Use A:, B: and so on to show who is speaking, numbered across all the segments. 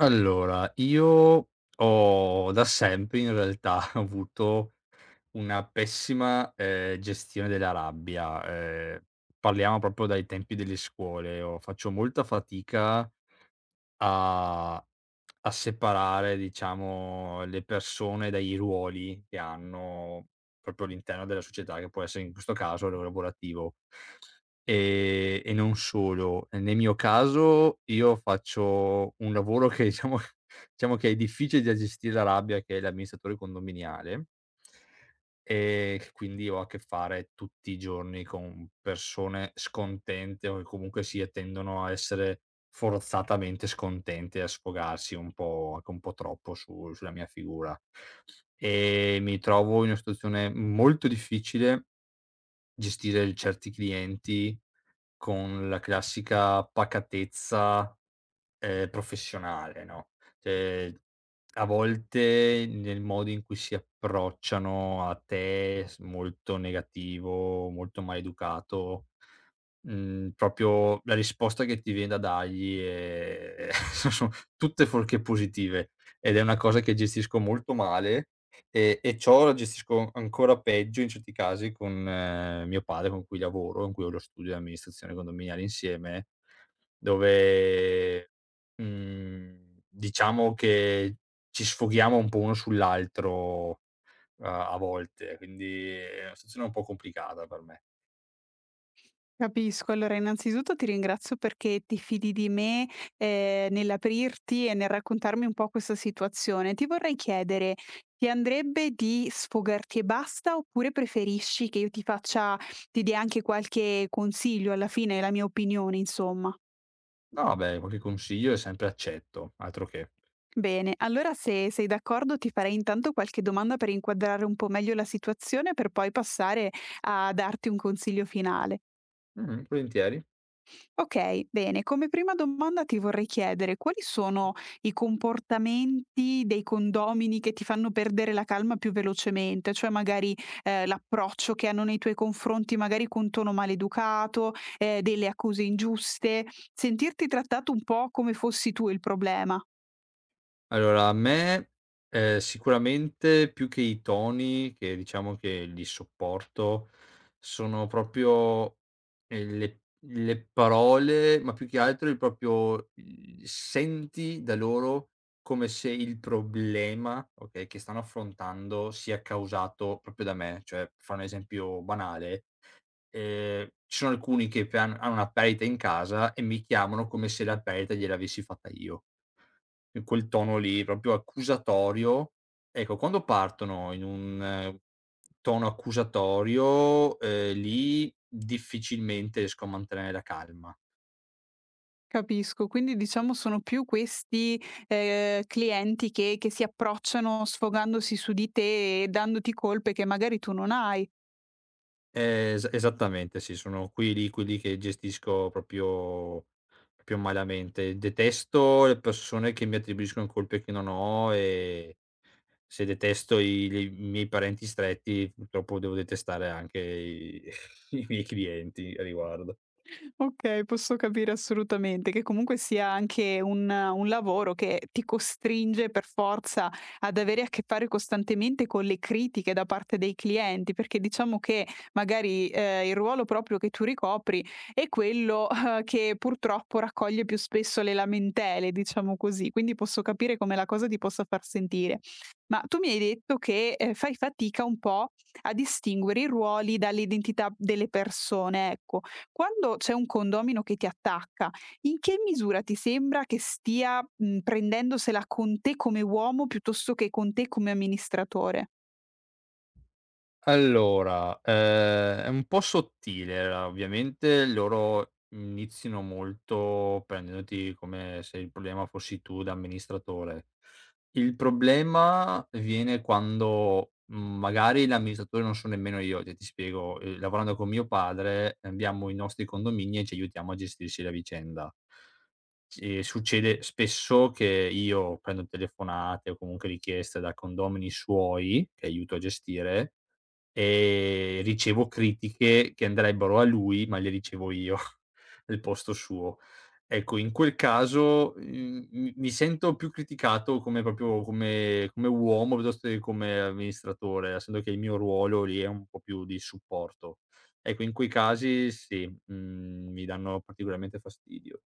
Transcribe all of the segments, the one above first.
A: Allora, io ho da sempre in realtà avuto una pessima, gestione della rabbia. Parliamo proprio dai tempi delle scuole. Io faccio molta fatica a a separare, diciamo, le persone dai ruoli che hanno proprio all'interno della società, che può essere in questo caso quello lavorativo. E non solo. Nel mio caso io faccio un lavoro che diciamo che è difficile da gestire la rabbia, che è l'amministratore condominiale, che quindi ho a che fare tutti i giorni con persone scontente o che comunque sì, e tendono a essere forzatamente scontenti, a sfogarsi un po', anche un po' troppo, su sulla mia figura. Mi trovo in una situazione molto difficile, gestire il certi clienti con la classica pacatezza, professionale, no, cioè a volte nel modo in cui si approcciano a te s molto negativo, molto maleducato. Mhmm, proprio la risposta che ti vien da dargli è tutte fuorché positive, ed è una cosa che gestisco molto male. E ciò la gestisco ancora peggio in certi casi con mio padre, con cui lavoro, con cui ho lo studio di amministrazione condominiale insieme, dove, mhmm, diciamo che ci sfoghiamo un po' uno sull'altro a volte, quindi è una situazione un po' complicata per me.
B: Capisco. Allora, innanzitutto ti ringrazio perché ti fidi di me, nell'aprirti e nel raccontarmi un po' questa situazione. Ti vorrei chiedere: ti andrebbe di sfogarti e basta, oppure preferisci che io ti dia anche qualche consiglio alla fine, la mia opinione insomma?
A: No, beh, qualche consiglio è sempre accetto, altro che.
B: Bene, allora se sei d'accordo ti farei intanto qualche domanda per inquadrare un po' meglio la situazione, per poi passare a darti un consiglio finale.
A: Mh-mh, volentieri.
B: Okay, bene. Come prima domanda ti vorrei chiedere quali sono i comportamenti dei condomini che ti fanno perdere la calma più velocemente? Cioè magari, l'approccio che hanno nei tuoi confronti, magari con tono maleducato, delle accuse ingiuste, sentirti trattato un po' come fossi tu il problema.
A: Allora a me, sicuramente più che i toni, che diciamo che li sopporto, sono proprio, le parole, ma più che altro il senti da loro come se il problema, okay, che stanno affrontando sia causato proprio da me. Cioè, per fare un esempio banale, ci sono alcuni che pe han hanno una perdita in casa e mi chiamano come se la perdita gliel'avessi fatta io. In quel tono lì, proprio accusatorio. Ecco, quando partono in un tono accusatorio, lì difficilmente riesco a mantenere la calma.
B: Capisco, quindi diciamo sono più questi, clienti che si approcciano sfogandosi su di te e dandoti colpe che magari tu non hai.
A: Es esattamente sì, sono quelli che gestisco proprio malamente. Detesto le persone che mi attribuiscono colpe che non ho, e se detesto i miei parenti stretti, purtroppo devo detestare anche i i miei clienti a riguardo.
B: Okay, posso capire assolutamente che comunque sia anche un lavoro che ti costringe per forza ad avere a che fare costantemente con le critiche da parte dei clienti, perché diciamo che magari, il ruolo proprio che tu ricopri è quello, che purtroppo raccoglie più spesso le lamentele, diciamo così, quindi posso capire come la cosa ti possa far sentire. Ma tu mi hai detto che, fai fatica un po' a distinguere i ruoli dall'identità delle persone, ecco. Quando c'è un condomino che ti attacca, in che misura ti sembra che stia, prendendosela con te come uomo piuttosto che con te come amministratore?
A: Allora, è un po' sottile, a ovviamente loro iniziano molto prendendoti come se il problema fossi tu da amministratore. Il problema viene quando, mhmm, magari l'amministratore non sono nemmeno io, cioè ti spiego, lavorando con mio padre abbiamo i nostri condomini e ci aiutiamo a gestirci la vicenda. Ci succede spesso che io prendo telefonate o comunque richieste da condomini suoi, che aiuto a gestire. Ricevo critiche che andrebbero a lui, ma le ricevo io al posto suo. Ecco, in quel caso, mhmm, mi sento più criticato come uomo piuttosto che come amministratore, essendo che il mio ruolo lì è un po' più di supporto. Ecco, in quei casi sì, mhmm, mi danno particolarmente fastidio.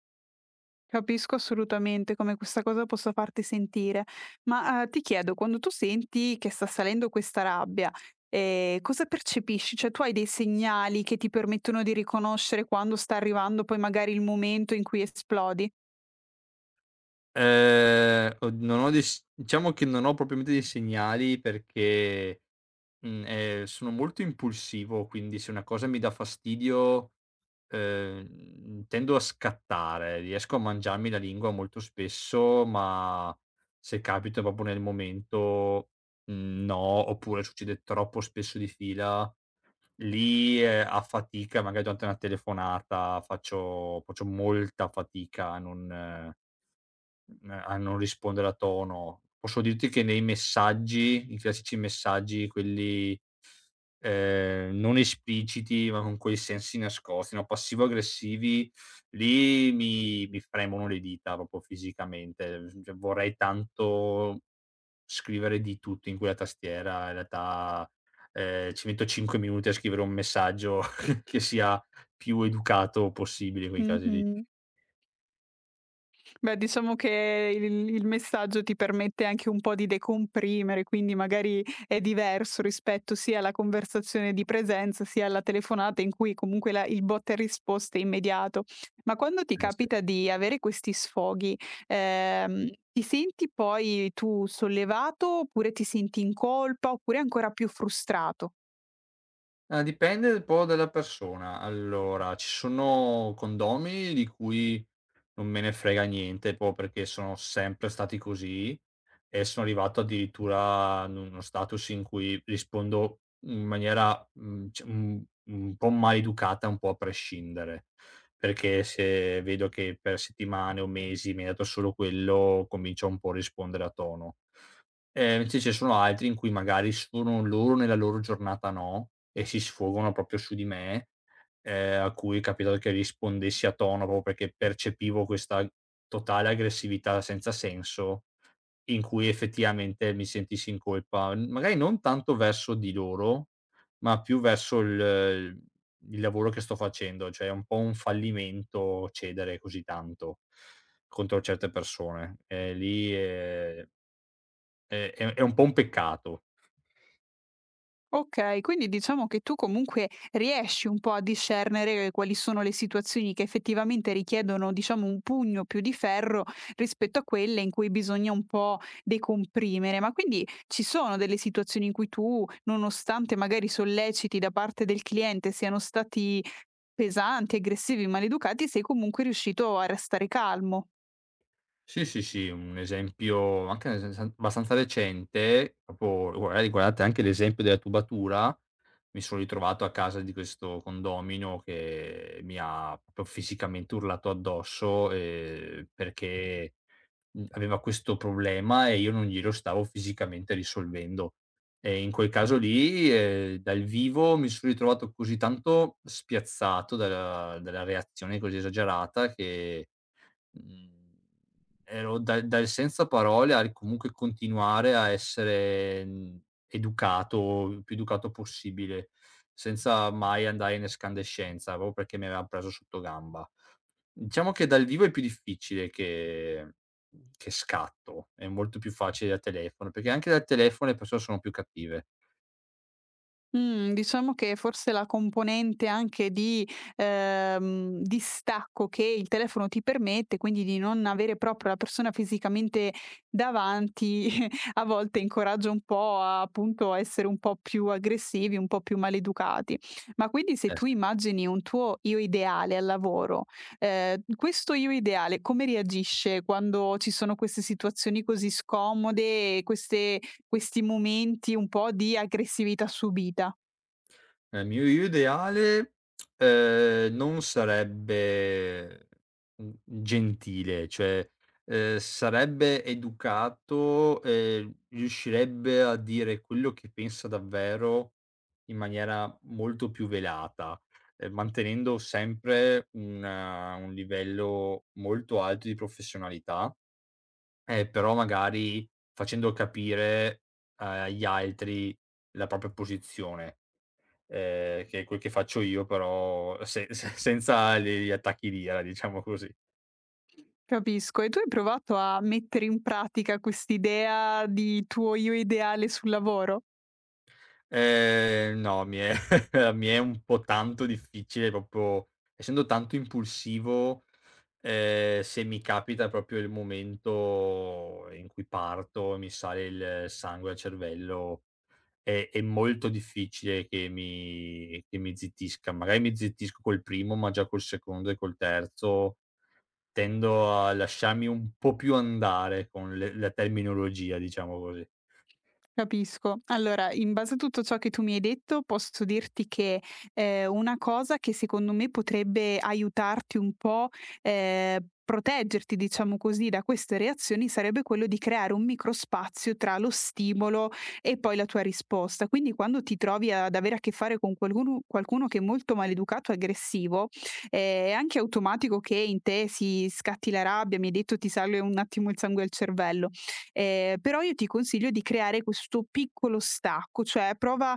B: Capisco assolutamente come questa cosa possa farti sentire, ma, ti chiedo, quando tu senti che sta salendo questa rabbia, cosa percepisci? Cioè, tu hai dei segnali che ti permettono di riconoscere quando sta arrivando poi magari il momento in cui esplodi?
A: Od non ho dei s diciamo che non ho propriamente dei segnali perché mhmm, sono molto impulsivo, quindi se una cosa mi dà fastidio, tendo a scattare. Riesco a mangiarmi la lingua molto spesso, ma se capita proprio nel momento, mhmm, no, oppure succede troppo spesso di fila, lì, a fatica, magari durante una telefonata, faccio molta fatica a non mhmm, a non rispondere a tono. Posso dirti che nei messaggi, i classici messaggi quelli, non espliciti, ma con quei sensi nascosti, no, passivo-aggressivi, lì mi fremono le dita proprio fisicamente. S cioè vorrei tanto scrivere di tutto in quella tastiera, in realtà, ci metto 5 minuti a scrivere un messaggio che sia più educato possibile in quei casi lì.
B: Mh-mh. Beh, diciamo che il messaggio ti permette anche un po' di decomprimere, quindi magari è diverso rispetto sia alla conversazione di presenza, sia alla telefonata in cui comunque la il botta e risposta è immediato. Ma quando ti
A: Sì.
B: capita di avere questi sfoghi, ti senti poi tu sollevato, oppure ti senti in colpa, oppure ancora più frustrato?
A: Ah, dipende un po' dalla persona. Allora, ci sono condomini di cui non me ne frega niente, proprio perché sono sempre stati così e sono arrivato addirittura in uno status in cui rispondo in maniera un po' maleducata, un po' a prescindere. Perché se vedo che per settimane o mesi mi hai dato solo quello, comincio un po' a rispondere a tono. Sì, ce ne sono altri in cui magari sono loro nella loro giornata, no, e si sfogano proprio su di me, a cui è capitato che rispondessi a tono proprio perché percepivo questa totale aggressività senza senso, in cui effettivamente mi sentissi in colpa, n magari non tanto verso di loro, ma più verso il lavoro che sto facendo, cioè è un po' un fallimento cedere così tanto contro certe persone. E lì, è un po' un peccato.
B: Okay, quindi diciamo che tu comunque riesci un po' a discernere quali sono le situazioni che effettivamente richiedono, diciamo, un pugno più di ferro rispetto a quelle in cui bisogna un po' decomprimere. Ma quindi ci sono delle situazioni in cui tu, nonostante magari solleciti da parte del cliente siano stati pesanti, aggressivi, maleducati, sei comunque riuscito a restare calmo?
A: Sì, sì, sì, un esempio anche nel senso abbastanza recente, proprio magari riguardante anche l'esempio della tubatura, mi sono ritrovato a casa di questo condomino che mi ha proprio fisicamente urlato addosso, perché mhmm, aveva questo problema e io non glielo stavo fisicamente risolvendo. E in quel caso lì, dal vivo mi sono ritrovato così tanto spiazzato dalla reazione così esagerata che, mhmm, ero dal senza parole al comunque continuare a essere, mhmm, educato, il più educato possibile, senza mai andare in escandescenza, proprio perché mi aveva preso sotto gamba. Diciamo che dal vivo è più difficile che scatto, è molto più facile da telefono, perché anche dal telefono le persone sono più cattive.
B: Mhmm, diciamo che forse la componente anche di, distacco che il telefono ti permette, quindi di non avere proprio la persona fisicamente davanti, a volte incoraggia un po' a appunto a essere un po' più aggressivi, un po' più maleducati. Ma quindi se
A: S
B: tu immagini un tuo io ideale al lavoro, questo io ideale come reagisce quando ci sono queste situazioni così scomode, queste questi momenti un po' di aggressività subita.
A: nel mio io ideale, non sarebbe, mhmm, gentile, cioè, sarebbe educato e riuscirebbe a dire quello che pensa davvero in maniera molto più velata, mantenendo sempre un livello molto alto di professionalità, però magari facendo capire agli altri la propria posizione, che è quel che faccio io, però se se senza gli attacchi di ira, diciamo così.
B: Capisco. E tu hai provato a mettere in pratica quest'idea di tuo io ideale sul lavoro?
A: No, mi è mi è un po' tanto difficile, proprio essendo tanto impulsivo, se mi capita proprio il momento in cui parto, mi sale il sangue al cervello, è molto difficile che mi zittisca. Magari mi zittisco col primo, ma già col secondo e col terzo tendo a lasciarmi un po' più andare con le la terminologia, diciamo così.
B: Capisco. Allora, in base a tutto ciò che tu mi hai detto, posso dirti che, una cosa che secondo me potrebbe aiutarti un po', ehm, proteggerti diciamo così da queste reazioni, sarebbe quello di creare un microspazio tra lo stimolo e poi la tua risposta. Quindi quando ti trovi ad avere a che fare con qualcuno che è molto maleducato e aggressivo, è anche automatico che in te si scatti la rabbia, mi hai detto ti sale un attimo il sangue al cervello. Però io ti consiglio di creare questo piccolo stacco, cioè prova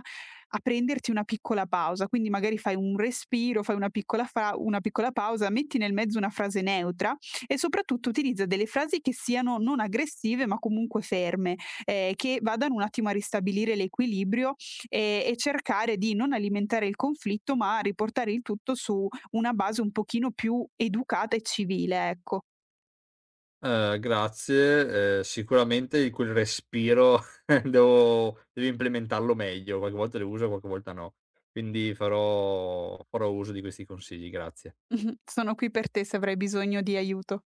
B: a prenderti una piccola pausa, quindi magari fai un respiro, fai una piccola fa una piccola pausa, metti nel mezzo una frase neutra e soprattutto utilizza delle frasi che siano non aggressive ma comunque ferme, che vadano un attimo a ristabilire l'equilibrio, e cercare di non alimentare il conflitto, ma riportare il tutto su una base un pochino più educata e civile, ecco.
A: Grazie. Sicuramente quel respiro devo implementarlo meglio. Qualche volta le uso, qualche volta no. Quindi farò uso di questi consigli, grazie.
B: Sono qui per te se avrai bisogno di aiuto.